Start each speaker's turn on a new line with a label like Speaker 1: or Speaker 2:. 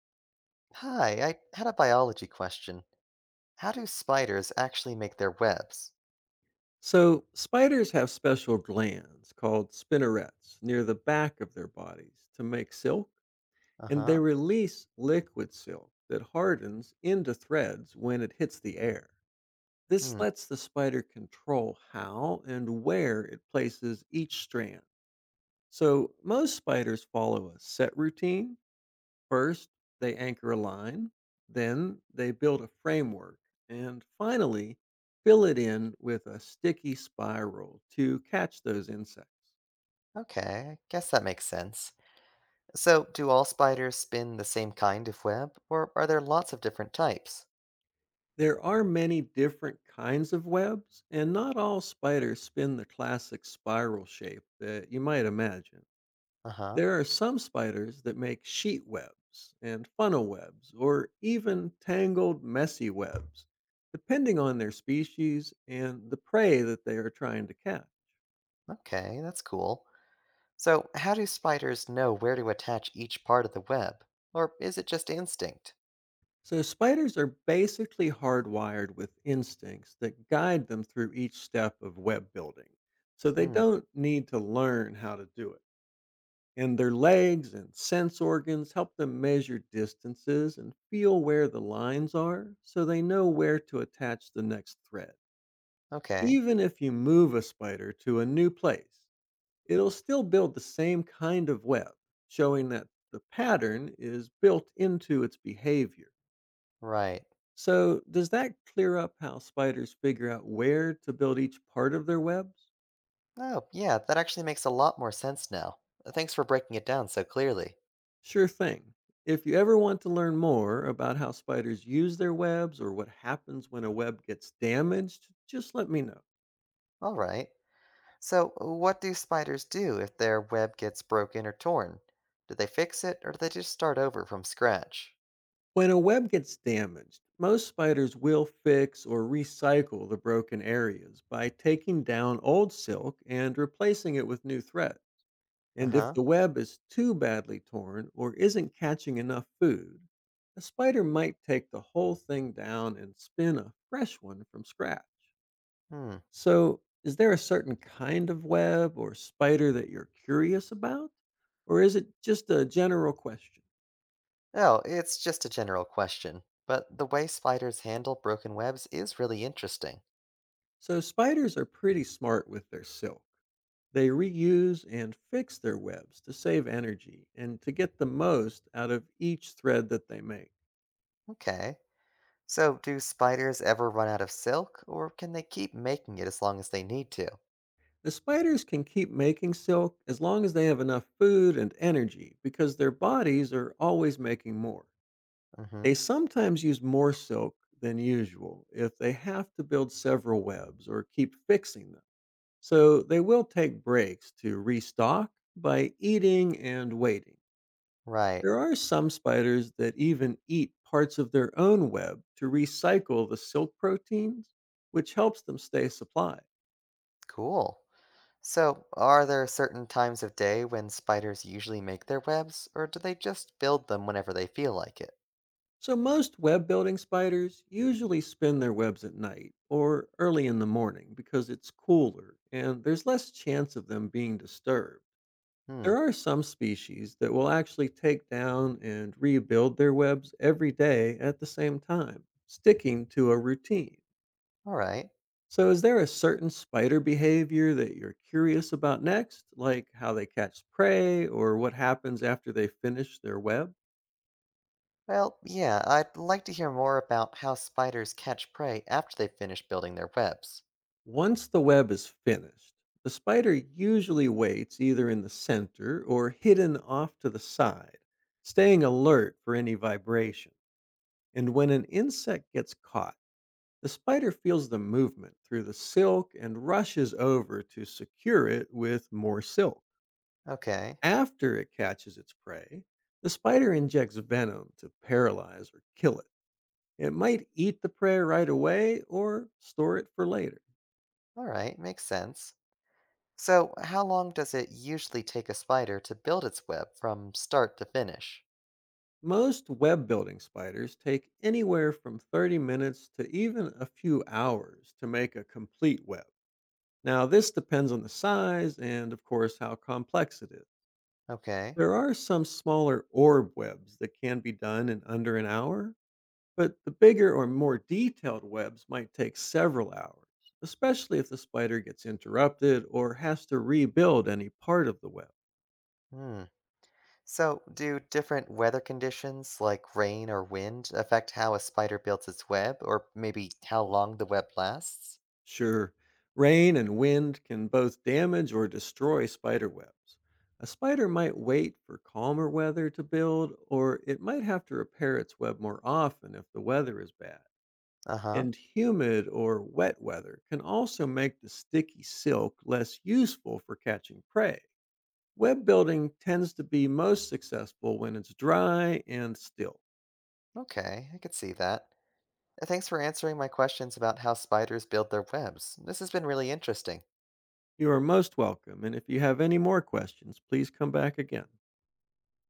Speaker 1: Hi, I had a biology question. How do spiders actually make their webs?
Speaker 2: So, spiders have special glands called spinnerets near the back of their bodies to make silk, and they
Speaker 1: Uh-huh.
Speaker 2: release liquid silk that hardens into threads when it hits the air. This
Speaker 1: Hmm.
Speaker 2: lets the spider control how and where it places each strand. So, most spiders follow a set routine. First, they anchor a line, then they build a framework, and finally, fill it in with a sticky spiral to catch those insects.
Speaker 1: Okay, I guess that makes sense. So, do all spiders spin the same kind of web, or are there lots of different types?
Speaker 2: There are many different kinds of webs, and not all spiders spin the classic spiral shape that you might imagine.
Speaker 1: Uh-huh.
Speaker 2: There are some spiders that make sheet webs and funnel webs, or even tangled, messy webs, depending on their species and the prey that they are trying to catch.
Speaker 1: Okay, that's cool. So, how do spiders know where to attach each part of the web? Or is it just instinct?
Speaker 2: So, spiders are basically hardwired with instincts that guide them through each step of web building. So, they
Speaker 1: Hmm.
Speaker 2: don't need to learn how to do it. And their legs and sense organs help them measure distances and feel where the lines are so they know where to attach the next thread.
Speaker 1: Okay.
Speaker 2: Even if you move a spider to a new place, it'll still build the same kind of web, showing that the pattern is built into its behavior.
Speaker 1: Right.
Speaker 2: So, does that clear up how spiders figure out where to build each part of their webs?
Speaker 1: Oh, yeah, that actually makes a lot more sense now. Thanks for breaking it down so clearly.
Speaker 2: Sure thing. If you ever want to learn more about how spiders use their webs or what happens when a web gets damaged, just let me know.
Speaker 1: All right. So, what do spiders do if their web gets broken or torn? Do they fix it or do they just start over from scratch?
Speaker 2: When a web gets damaged, most spiders will fix or recycle the broken areas by taking down old silk and replacing it with new thread.
Speaker 1: Uh
Speaker 2: And if
Speaker 1: huh.
Speaker 2: the web is too badly torn or isn't catching enough food, a spider might take the whole thing down and spin a fresh one from scratch.
Speaker 1: Hmm.
Speaker 2: So, is there a certain kind of web or spider that you're curious about? Or is it just a general question?
Speaker 1: Oh, it's just a general question, but the way spiders handle broken webs is really interesting.
Speaker 2: So, spiders are pretty smart with their silk. They reuse and fix their webs to save energy and to get the most out of each thread that they make.
Speaker 1: Okay. So, do spiders ever run out of silk or can they keep making it as long as they need to?
Speaker 2: The spiders can keep making silk as long as they have enough food and energy because their bodies are always making more.
Speaker 1: Mm hmm.
Speaker 2: They sometimes use more silk than usual if they have to build several webs or keep fixing them. So they will take breaks to restock by eating and waiting.
Speaker 1: Right.
Speaker 2: There are some spiders that even eat parts of their own web to recycle the silk proteins, which helps them stay supplied.
Speaker 1: Cool. So, are there certain times of day when spiders usually make their webs or do they just build them whenever they feel like it?
Speaker 2: So, most web building spiders usually spin their webs at night or early in the morning because it's cooler and there's less chance of them being disturbed.
Speaker 1: Hmm.
Speaker 2: There are some species that will actually take down and rebuild their webs every day at the same time, sticking to a routine.
Speaker 1: All right.
Speaker 2: So, is there a certain spider behavior that you're curious about next, like how they catch prey or what happens after they finish their web?
Speaker 1: Well, yeah, I'd like to hear more about how spiders catch prey after they finish building their webs.
Speaker 2: Once the web is finished, the spider usually waits either in the center or hidden off to the side, staying alert for any vibration. And when an insect gets caught, the spider feels the movement through the silk and rushes over to secure it with more silk.
Speaker 1: Okay.
Speaker 2: After it catches its prey, the spider injects venom to paralyze or kill it. It might eat the prey right away or store it for later.
Speaker 1: All right, makes sense. So, how long does it usually take a spider to build its web from start to finish?
Speaker 2: Most web building spiders take anywhere from 30 minutes to even a few hours to make a complete web. Now, this depends on the size and, of course, how complex it is.
Speaker 1: Okay.
Speaker 2: There are some smaller orb webs that can be done in under an hour, but the bigger or more detailed webs might take several hours, especially if the spider gets interrupted or has to rebuild any part of the web.
Speaker 1: Hmm. So, do different weather conditions like rain or wind affect how a spider builds its web, or maybe how long the web lasts?
Speaker 2: Sure, rain and wind can both damage or destroy spider webs. A spider might wait for calmer weather to build, or it might have to repair its web more often if the weather is bad.
Speaker 1: Uh huh.
Speaker 2: And humid or wet weather can also make the sticky silk less useful for catching prey. Web building tends to be most successful when it's dry and still.
Speaker 1: Okay, I could see that. Thanks for answering my questions about how spiders build their webs. This has been really interesting.
Speaker 2: You are most welcome, and if you have any more questions, please come back again.